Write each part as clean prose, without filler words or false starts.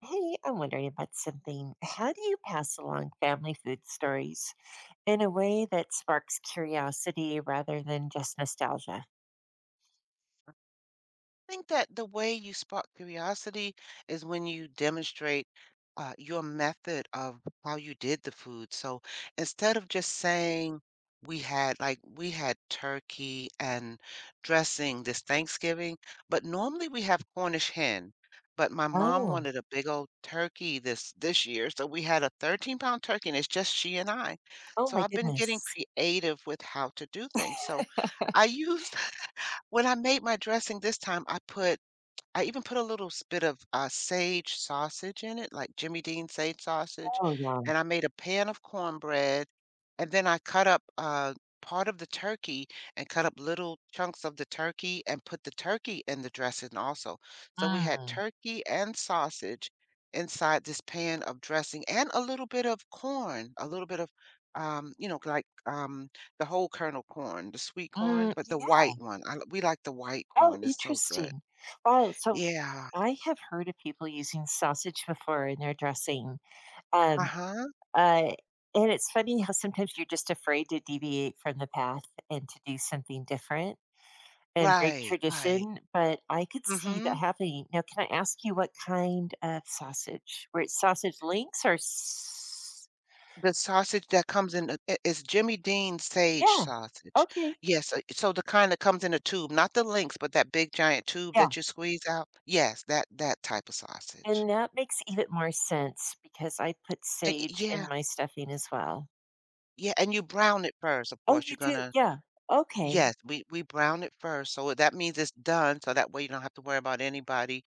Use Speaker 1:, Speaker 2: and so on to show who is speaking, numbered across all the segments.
Speaker 1: Hey, I'm wondering about something. How do you pass along family food stories in a way that sparks curiosity rather than just nostalgia?
Speaker 2: Think that the way you spark curiosity is when you demonstrate your method of how you did the food. So instead of just saying we had we had turkey and dressing this Thanksgiving, but normally we have Cornish hen. But my mom
Speaker 1: Oh,
Speaker 2: wanted a big old turkey this year, so we had a 13-pound turkey, and it's just she and I.
Speaker 1: oh
Speaker 2: So
Speaker 1: my
Speaker 2: I've been getting
Speaker 1: goodness.
Speaker 2: creative with how to do things. So I used when I made my dressing this time, I even put a little s bit of, sage sausage in it, like Jimmy Dean sage sausage,
Speaker 1: Oh, wow.
Speaker 2: and I made a pan of cornbread, and then I cut up, part of the turkey and cut up little chunks of the turkey and put the turkey in the dressing also. So we had
Speaker 1: Mm,
Speaker 2: turkey and sausage inside this pan of dressing and a little bit of corn, a little bit of, um, you know, like, um, the whole kernel corn, the sweet
Speaker 1: mm,
Speaker 2: corn, but the
Speaker 1: yeah.
Speaker 2: white one. I l We like the white
Speaker 1: Oh,
Speaker 2: corn, it's so good.
Speaker 1: interesting. Wow. So
Speaker 2: Yeah.
Speaker 1: I have heard of people using sausage before in their dressing. Um,
Speaker 2: Uh-huh.
Speaker 1: uh, and it's funny how sometimes you're just afraid to deviate from the path and to do something different and break
Speaker 2: Right, right.
Speaker 1: tradition, but I could see that
Speaker 2: Mhm.
Speaker 1: happening. Now, can I ask you what kind of sausage? Were it sausage links or?
Speaker 2: The sausage that comes in a I it's Jimmy Dean sage
Speaker 1: Yeah.
Speaker 2: sausage.
Speaker 1: Okay.
Speaker 2: Yes, so the kind that comes in a tube, not the links, but that big giant tube
Speaker 1: Yeah.
Speaker 2: that you squeeze out. Yes, that type of sausage.
Speaker 1: And that makes even more sense because I put
Speaker 2: And y
Speaker 1: sage
Speaker 2: yeah,
Speaker 1: in my stuffing as well.
Speaker 2: yeah, and you brown it first, of
Speaker 1: Oh,
Speaker 2: course,
Speaker 1: you
Speaker 2: you're
Speaker 1: do?
Speaker 2: gonna.
Speaker 1: Yeah. Okay.
Speaker 2: Yes, we brown it first, so that means it's done, so that way you don't have to worry about anybody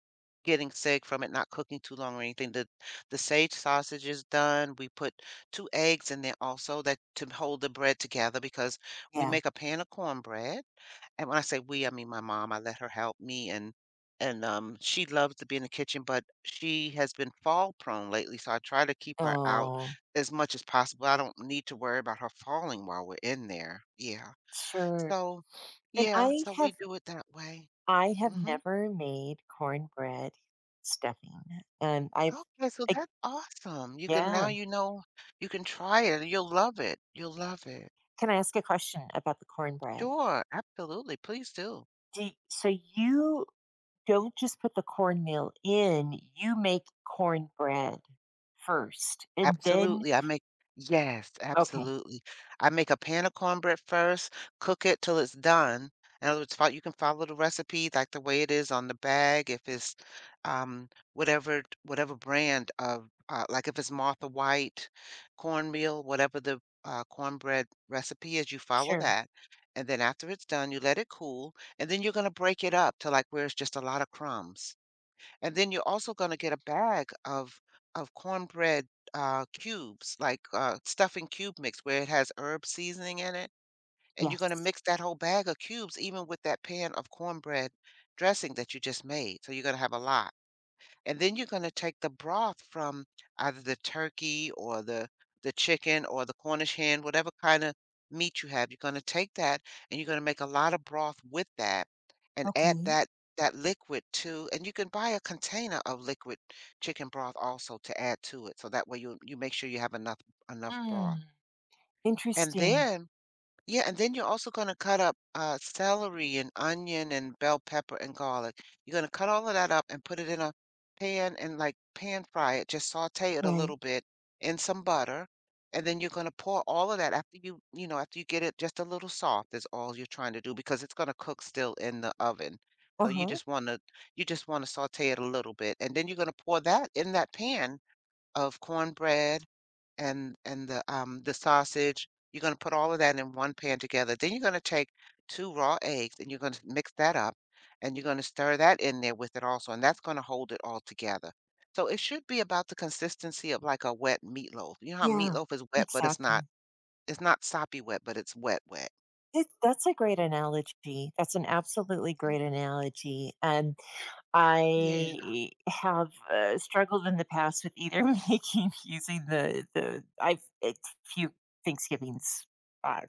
Speaker 2: getting sick from it not cooking too long or anything. The sage sausage is done. We put 2 eggs in there also that to hold the bread together because we
Speaker 1: Yeah.
Speaker 2: make a pan of cornbread. And when I say we, I mean my mom. I let her help me and she loves to be in the kitchen, but she has been fall prone lately, so I try to keep her out
Speaker 1: Oh,
Speaker 2: as much as possible. I don't need to worry about her falling while we're in there. Yeah.
Speaker 1: sure.
Speaker 2: So,
Speaker 1: And
Speaker 2: yeah,
Speaker 1: I
Speaker 2: so
Speaker 1: have
Speaker 2: we do it that way.
Speaker 1: I have
Speaker 2: Mhm.
Speaker 1: never made cornbread stuffing. Um, I've,
Speaker 2: Okay, so
Speaker 1: uh,
Speaker 2: that's awesome. You can
Speaker 1: yeah.
Speaker 2: now you know you can try it, you'll love it. You'll love it.
Speaker 1: Can I ask a question about the cornbread?
Speaker 2: Sure, absolutely. Please do.
Speaker 1: Do y so you don't just put the cornmeal in, you make cornbread first, and then
Speaker 2: Absolutely, I make yes,
Speaker 1: okay,
Speaker 2: absolutely. I make a pan of cornbread first, cook it till it's done. In other words, fol you can follow the recipe like the way it is on the bag, if it's, whatever brand of, like if it's Martha White cornmeal, whatever the, cornbread recipe is, you follow
Speaker 1: sure,
Speaker 2: that, and then after it's done, you let it cool, and then you're gonna break it up to, like, where it's just a lot of crumbs. And then you're also gonna get a bag of cornbread, cubes, like, stuffing cube mix where it has herb seasoning in it, and you're gonna
Speaker 1: yes,
Speaker 2: mix that whole bag of cubes even with that pan of cornbread dressing that you just made, so you're gonna have a lot. And then you're going to take the broth from either the turkey or the chicken or the Cornish hen, whatever kind of meat you have. You're going to take that and you're going to make a lot of broth with that and add
Speaker 1: okay.
Speaker 2: that liquid to, and you can buy a container of liquid chicken broth also to add to it so that way you make sure you have enough broth.
Speaker 1: Mm,
Speaker 2: And
Speaker 1: interesting,
Speaker 2: then yeah, and then you're also gonna cut up, celery and onion and bell pepper and garlic. You're gonna cut all of that up and put it in a pan and, like, pan fry it, just sauté it a
Speaker 1: right,
Speaker 2: little bit in some butter, and then you're gonna pour all of that after after you get it just a little soft is all you're trying to do because it's gonna cook still in the oven. So you
Speaker 1: uh-huh,
Speaker 2: just wanna you just wanna sauté it a little bit, and then you're gonna pour that in that pan of cornbread and the sausage. You're going to put all of that in one pan together. Then you're going to take two raw eggs and you're going to mix that up and you're going to stir that in there with it also, and that's going to hold it all together. So it should be about the consistency of like a wet meatloaf. You know how
Speaker 1: yeah,
Speaker 2: meatloaf is wet, but it's not
Speaker 1: exactly.
Speaker 2: it's not soppy wet, but it's wet wet.
Speaker 1: It that's a great analogy, that's an absolutely
Speaker 2: Mm.
Speaker 1: great analogy, and
Speaker 2: Yeah.
Speaker 1: I have, struggled in the past with either making using the I've it's few Thanksgivings, uh,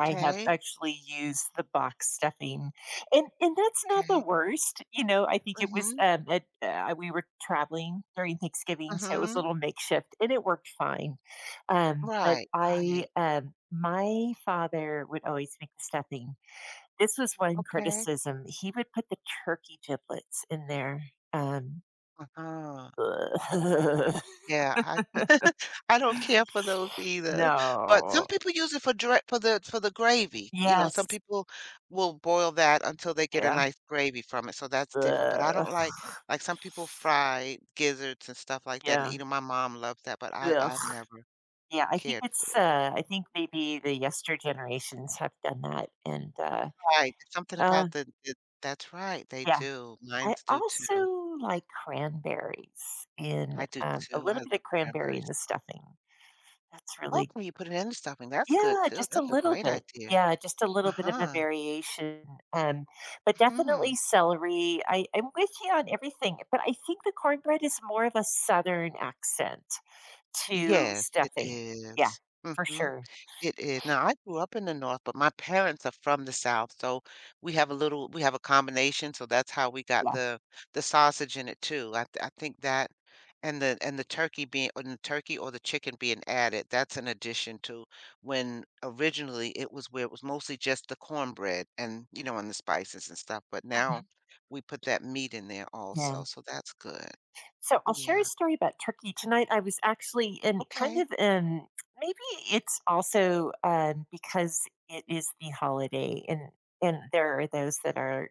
Speaker 1: I have actually used the box stuffing, and that's not the
Speaker 2: Okay.
Speaker 1: worst, you know. I think it was,
Speaker 2: Mhm.
Speaker 1: we were traveling during Thanksgiving, so it was a
Speaker 2: Mhm.
Speaker 1: little makeshift, and it worked fine. But
Speaker 2: Right. Right.
Speaker 1: my father would always make the stuffing. This was one
Speaker 2: Okay.
Speaker 1: criticism, he would put the turkey giblets in there. um,
Speaker 2: Uh-huh. Yeah, I I don't care for those either, but some
Speaker 1: No.
Speaker 2: people use it for dra for the gravy, you know, some
Speaker 1: Yes.
Speaker 2: people will boil that until they get a
Speaker 1: Yeah.
Speaker 2: nice gravy from it, so that's different, but I don't
Speaker 1: Ugh.
Speaker 2: like, some people fry gizzards and stuff like that and
Speaker 1: Yeah.
Speaker 2: eat 'em, my mom loves that, but I've
Speaker 1: Ugh.
Speaker 2: never
Speaker 1: Yeah, I think
Speaker 2: cared for
Speaker 1: it's,
Speaker 2: it.
Speaker 1: I think maybe the yester generations have done that, and,
Speaker 2: Right, it's something
Speaker 1: uh,
Speaker 2: about the that's right, they
Speaker 1: yeah.
Speaker 2: do,
Speaker 1: I
Speaker 2: mines do
Speaker 1: also
Speaker 2: too.
Speaker 1: like cranberries in,
Speaker 2: I do
Speaker 1: a
Speaker 2: too, I
Speaker 1: little bit
Speaker 2: love
Speaker 1: of cranberry
Speaker 2: cranberry
Speaker 1: in
Speaker 2: s
Speaker 1: the stuffing. That's
Speaker 2: oh,
Speaker 1: really
Speaker 2: can you put it in the stuffing? That's good
Speaker 1: yeah,
Speaker 2: too,
Speaker 1: just a
Speaker 2: that's a
Speaker 1: little
Speaker 2: great
Speaker 1: bit.
Speaker 2: idea.
Speaker 1: Yeah, just a little bit of a
Speaker 2: Uh-huh,
Speaker 1: variation. um, but definitely
Speaker 2: mhm.
Speaker 1: celery. I'm with you on everything, but I think the cornbread is more of a southern accent to
Speaker 2: Yes, it
Speaker 1: stuffing. Yeah,
Speaker 2: is.
Speaker 1: for
Speaker 2: Mhm.
Speaker 1: sure.
Speaker 2: It is. Now, I grew up in the North, but my parents are from the South, so we have a combination, so that's how we got
Speaker 1: Yeah.
Speaker 2: the sausage in it too. I think that and the turkey or the chicken being added, that's an addition to when originally it was where it was mostly just the cornbread and, you know, and the spices and stuff, but now
Speaker 1: Mhm.
Speaker 2: we put that meat in there
Speaker 1: Yeah.
Speaker 2: also, so that's good.
Speaker 1: So I'll share a
Speaker 2: Yeah.
Speaker 1: story about Turkey tonight. I was actually in kind
Speaker 2: Okay.
Speaker 1: of maybe it's also because it is the holiday and there are those that are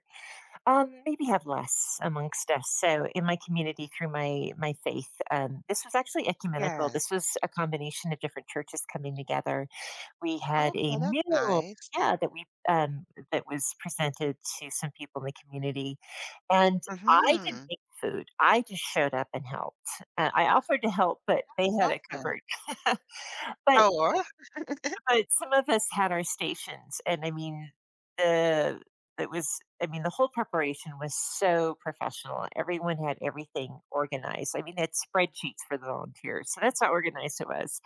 Speaker 1: maybe have less amongst us. So in my community through my faith, this was actually ecumenical.
Speaker 2: Yes.
Speaker 1: This was a combination of different churches coming together. We had a
Speaker 2: Okay, that's
Speaker 1: meal,
Speaker 2: nice.
Speaker 1: yeah, that we that was presented to some people in the community, and I didn't
Speaker 2: Mhm.
Speaker 1: make food. I just showed up and helped. And I offered to help, but they had it
Speaker 2: Awesome.
Speaker 1: covered. But
Speaker 2: Oh, really?
Speaker 1: some of us had our stations, and I mean, the it was I mean, the whole preparation was so professional. Everyone had everything organized. I mean, they had spreadsheets for the volunteers, so that's how organized it was.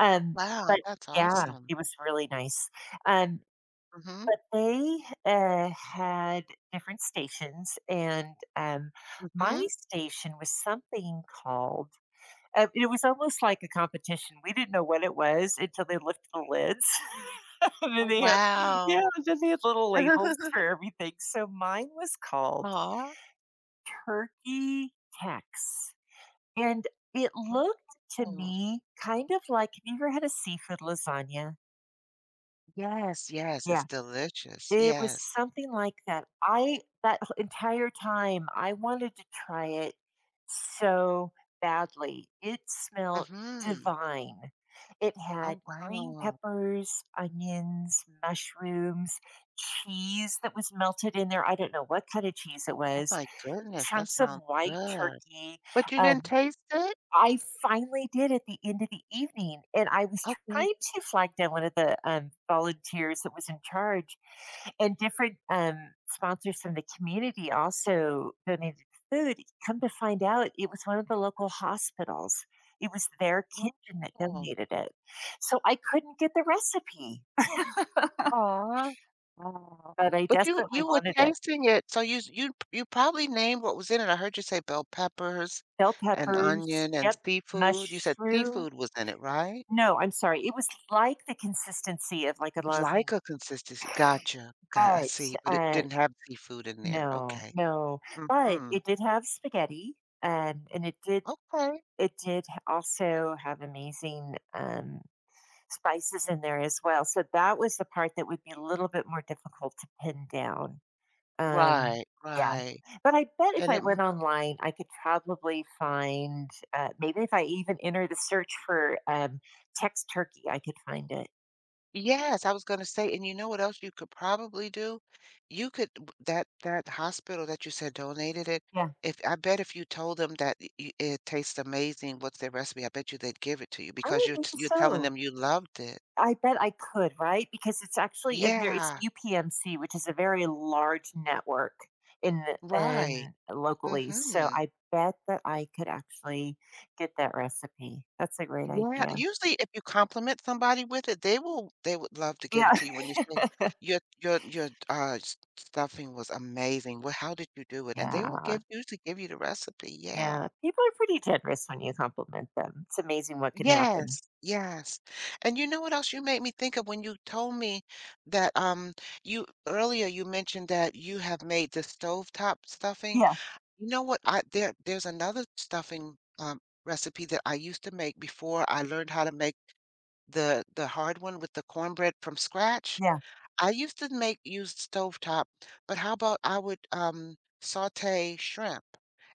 Speaker 1: Um,
Speaker 2: Wow,
Speaker 1: but
Speaker 2: that's
Speaker 1: yeah,
Speaker 2: awesome.
Speaker 1: it was really nice. Um,
Speaker 2: Mhm,
Speaker 1: but they, had different stations, and, my
Speaker 2: mhm.
Speaker 1: station was something called it was almost like a competition. We didn't know what it was until they lifted the lids, and then
Speaker 2: Oh,
Speaker 1: they had
Speaker 2: wow.
Speaker 1: yeah, and then they had little labels for everything. So mine was called
Speaker 2: Aw.
Speaker 1: Turkey Tex, and it looked to
Speaker 2: Oh.
Speaker 1: me kind of like have you ever had a seafood lasagna?
Speaker 2: Yes, yes, it's
Speaker 1: Yeah.
Speaker 2: delicious.
Speaker 1: It was
Speaker 2: Yes.
Speaker 1: something like that. I that wh entire time, I wanted to try it so badly. It smelled
Speaker 2: Mhm.
Speaker 1: divine. It had
Speaker 2: Oh,
Speaker 1: green
Speaker 2: wow.
Speaker 1: peppers, onions, mushrooms, cheese that was melted in there. I don't know what kind of cheese it
Speaker 2: Oh
Speaker 1: was,
Speaker 2: my goodness, that
Speaker 1: chunks of
Speaker 2: sounds
Speaker 1: white
Speaker 2: good.
Speaker 1: turkey.
Speaker 2: But you didn't
Speaker 1: Um,
Speaker 2: taste it?
Speaker 1: I finally did at the end of the evening, and I was
Speaker 2: Okay.
Speaker 1: trying to flag down one of the, volunteers that was in charge, and different sponsors from the community also donated food. Come to find out, it was one of the local hospitals. It was their
Speaker 2: Wow.
Speaker 1: kitchen that donated it. So I couldn't get the recipe,
Speaker 2: Aw. Wow.
Speaker 1: but I
Speaker 2: But you
Speaker 1: desperately
Speaker 2: you were
Speaker 1: wanted it.
Speaker 2: tasting it, so you s you you probably named what was in it. I heard you say bell peppers
Speaker 1: Bell
Speaker 2: and
Speaker 1: peppers,
Speaker 2: onion and
Speaker 1: yep,
Speaker 2: seafood. You said
Speaker 1: mushroom.
Speaker 2: seafood was in it, right?
Speaker 1: No, I'm sorry. It was like the consistency of like a lasagna,
Speaker 2: Like a consistency. Gotcha. Got I
Speaker 1: but
Speaker 2: see, but it
Speaker 1: uh,
Speaker 2: didn't have seafood in there.
Speaker 1: no,
Speaker 2: Okay.
Speaker 1: no. But
Speaker 2: Mhm.
Speaker 1: it did have spaghetti, and it did
Speaker 2: Okay.
Speaker 1: It did h also have amazing, spices in there as well, so that was the part that would be a little bit more difficult to pin down. Um,
Speaker 2: Right,
Speaker 1: yeah,
Speaker 2: right.
Speaker 1: but I bet if
Speaker 2: And
Speaker 1: I
Speaker 2: it
Speaker 1: went online, I could probably find, maybe if I even enter the search for, Tex Turkey, I could find it.
Speaker 2: yes, I was gonna say, and you know what else you could probably do? You could w that that hospital that you said donated it,
Speaker 1: Yeah.
Speaker 2: if I bet if you told them that y y it tastes amazing, what's their recipe? I bet you they'd give it to you because
Speaker 1: Oh,
Speaker 2: you're
Speaker 1: maybe
Speaker 2: t you're telling
Speaker 1: so.
Speaker 2: them you loved it.
Speaker 1: I bet I could, right? Because it's actually a very it's
Speaker 2: Yeah,
Speaker 1: UPMC, which is a very large network in the-
Speaker 2: right.
Speaker 1: in locally. So
Speaker 2: Mhm.
Speaker 1: I bet that I could actually get that recipe. That's a great
Speaker 2: Yeah,
Speaker 1: idea.
Speaker 2: usually if you compliment somebody with it, they will they would love to give
Speaker 1: Yeah.
Speaker 2: it to you when you say, your, s stuffing was amazing. Well, how did you do it?" And they will
Speaker 1: Yeah.
Speaker 2: give usually give you the recipe,
Speaker 1: Yeah.
Speaker 2: yeah.
Speaker 1: People are pretty generous when you compliment them. It's amazing what can happen.
Speaker 2: Yes, yes. And you know what else you made me think of when you told me that you earlier you mentioned that you have made the stovetop stuffing.
Speaker 1: Yeah.
Speaker 2: You know what? I there there's another stuffing recipe that I used to make before I learned how to make the hard one with the cornbread from scratch.
Speaker 1: Yeah.
Speaker 2: I used to make use stovetop, but how about I would, saute shrimp,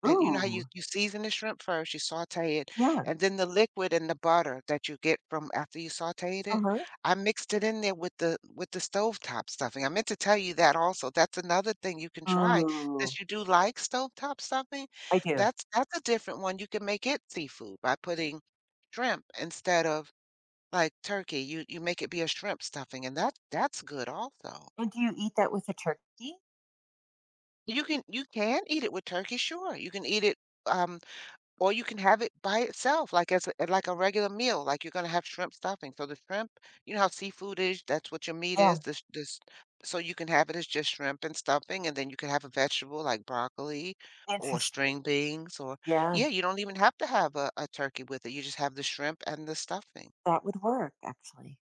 Speaker 2: and you know how you
Speaker 1: Ooh.
Speaker 2: you season the shrimp first, you saute it,
Speaker 1: Yeah.
Speaker 2: and then the liquid and the butter that you get from after you sauteed it,
Speaker 1: Uh-huh.
Speaker 2: I mixed it in there with the stovetop stuffing. I meant to tell you that also, that's another thing you can try
Speaker 1: Ooh.
Speaker 2: since you do like stovetop stuffing.
Speaker 1: I do.
Speaker 2: That's a different one, you can make it seafood by putting shrimp instead of like turkey, you make it be a shrimp stuffing, and that's good also.
Speaker 1: And do you eat that with a turkey?
Speaker 2: You can eat it with turkey, sure. You can eat it, um, or you can have it by itself, like as a, like a regular meal. Like you're gonna have shrimp stuffing. So the shrimp, you know how seafood is, that's what your meat
Speaker 1: Yeah.
Speaker 2: is. So you can have it as just shrimp and stuffing, and then you can have a vegetable like broccoli or
Speaker 1: Interesting.
Speaker 2: string beans, or
Speaker 1: Yeah.
Speaker 2: yeah, you don't even have to have a turkey with it. You just have the shrimp and the stuffing.
Speaker 1: That would work actually.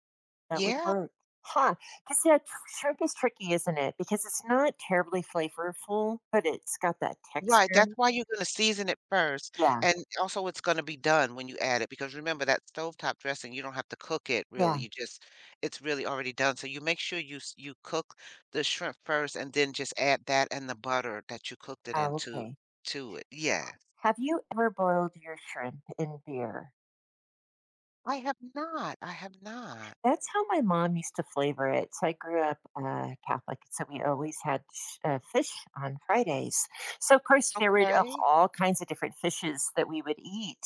Speaker 1: That would
Speaker 2: Yeah.
Speaker 1: work. Huh? Because yeah, sh shrimp is tricky, isn't it? Because it's not terribly flavorful, but it's got that
Speaker 2: Right,
Speaker 1: texture.
Speaker 2: that's why you're gonna season it first,
Speaker 1: Yeah,
Speaker 2: and also it's gonna be done when you add it, because remember that stovetop dressing, you don't have to cook it really,
Speaker 1: yeah.
Speaker 2: you just it's really already done, so you make sure you cook the shrimp first and then just add that and the butter that you cooked it
Speaker 1: Oh,
Speaker 2: into
Speaker 1: okay.
Speaker 2: to it. Yeah.
Speaker 1: Have you ever boiled your shrimp in beer?
Speaker 2: I have not.
Speaker 1: That's how my mom used to flavor it. So I grew up Catholic, so we always had fish on Fridays. So of course there were
Speaker 2: Okay.
Speaker 1: all kinds of different fishes that we would eat,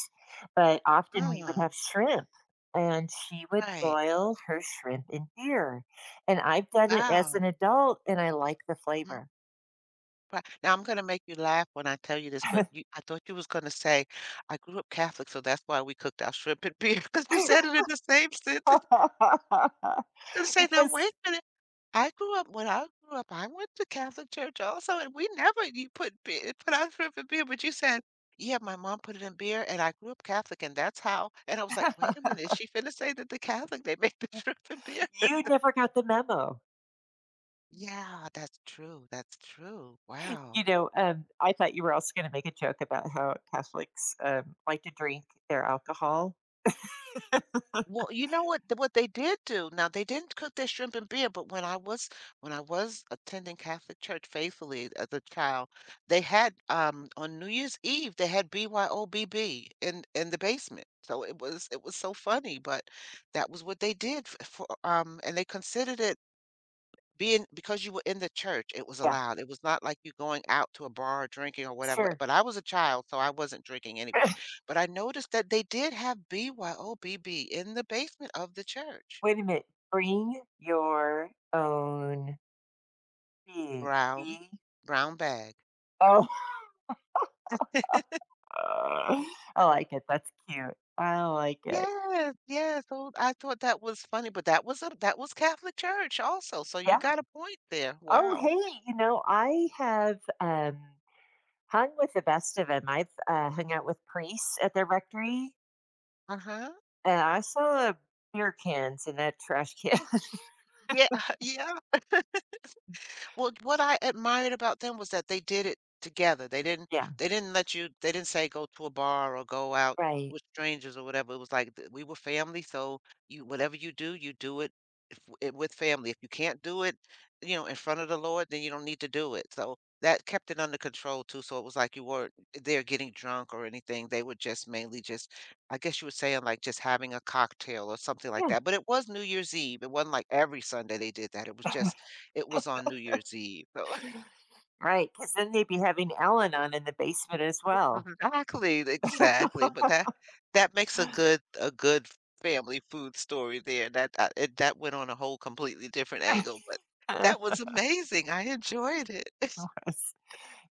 Speaker 1: but often we would
Speaker 2: Uh,
Speaker 1: have shrimp, and she would
Speaker 2: right.
Speaker 1: boil her shrimp in beer. And I've done it as an
Speaker 2: Wow.
Speaker 1: adult, and I like the
Speaker 2: Mhm.
Speaker 1: flavor
Speaker 2: Right. Now I'm gonna make you laugh when I tell you this, but you, I thought you was gonna say, "I grew up Catholic, so that's why we cooked our shrimp and beer," because you said it in the same sentence. And say, now
Speaker 1: because
Speaker 2: wait a minute. I grew up when I grew up, I went to Catholic church also, and we never you put beer, put our shrimp in beer. But you said, yeah, my mom put it in beer, and I grew up Catholic, and that's how. And I was like, wait a minute, is she finna say that the Catholic they make the shrimp and beer?
Speaker 1: you never got the memo.
Speaker 2: Yeah, that's true. That's true. Wow.
Speaker 1: You know, I thought you were also going to make a joke about how Catholics, like to drink their alcohol.
Speaker 2: Well, you know what they did do, now they didn't cook their shrimp and beer, but when I was attending Catholic church faithfully as a child, they had, on New Year's Eve, they had BYOBB in the basement, so it was so funny, but that was what they did f for, and they considered it being because you were in the church, it was
Speaker 1: Yeah,
Speaker 2: allowed. It was not like you going out to a bar drinking or whatever,
Speaker 1: sure.
Speaker 2: but I was a child, so I wasn't drinking anyway. But I noticed that they did have BYOBB in the basement of the church.
Speaker 1: Wait a minute. Bring your own big
Speaker 2: Brown
Speaker 1: B.
Speaker 2: Brown bag.
Speaker 1: Oh, I like it. That's cute. I like it.
Speaker 2: Yes, yes, so I thought that was funny, but that was Catholic church also, so you
Speaker 1: Yeah.
Speaker 2: got a point there.
Speaker 1: Oh,
Speaker 2: Wow.
Speaker 1: hey, you know, I have hung with the best of them. I've hung out with priests at their rectory,
Speaker 2: Uh-huh.
Speaker 1: and I saw beer cans in that trash can.
Speaker 2: Yeah, yeah. Well, what I admired about them was that they did it together. They didn't
Speaker 1: Yeah,
Speaker 2: they didn't let you they didn't say go to a bar or go out
Speaker 1: right.
Speaker 2: with strangers or whatever. It was like we were family, so you whatever you do it, with family. If you can't do it, you know, in front of the Lord, then you don't need to do it. So that kept it under control too. So it was like you weren't there getting drunk or anything. They were just mainly just, I guess you were saying like just having a cocktail or something like
Speaker 1: Yeah,
Speaker 2: that. But it was New Year's Eve. It wasn't like every Sunday they did that. It was just it was on New Year's Eve. So
Speaker 1: right. Because then they'd be having Ellen on in the basement as well.
Speaker 2: exactly, exactly, but that that makes a good a good family food story there. That it, that went on a whole completely different angle, but that was amazing. I enjoyed it.
Speaker 1: Gross.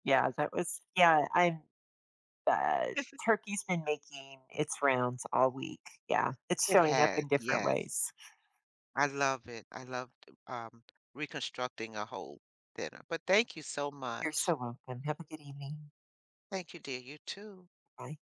Speaker 1: Yeah, that was yeah, I'm uh, turkey's been making its rounds all week. Yeah, it's
Speaker 2: It
Speaker 1: showing up
Speaker 2: has,
Speaker 1: in different
Speaker 2: yes.
Speaker 1: ways.
Speaker 2: I love it. I loved um, reconstructing a whole dinner. But thank you so
Speaker 1: You're
Speaker 2: much.
Speaker 1: so welcome. Have a good evening.
Speaker 2: Thank you, dear. You too.
Speaker 1: Bye.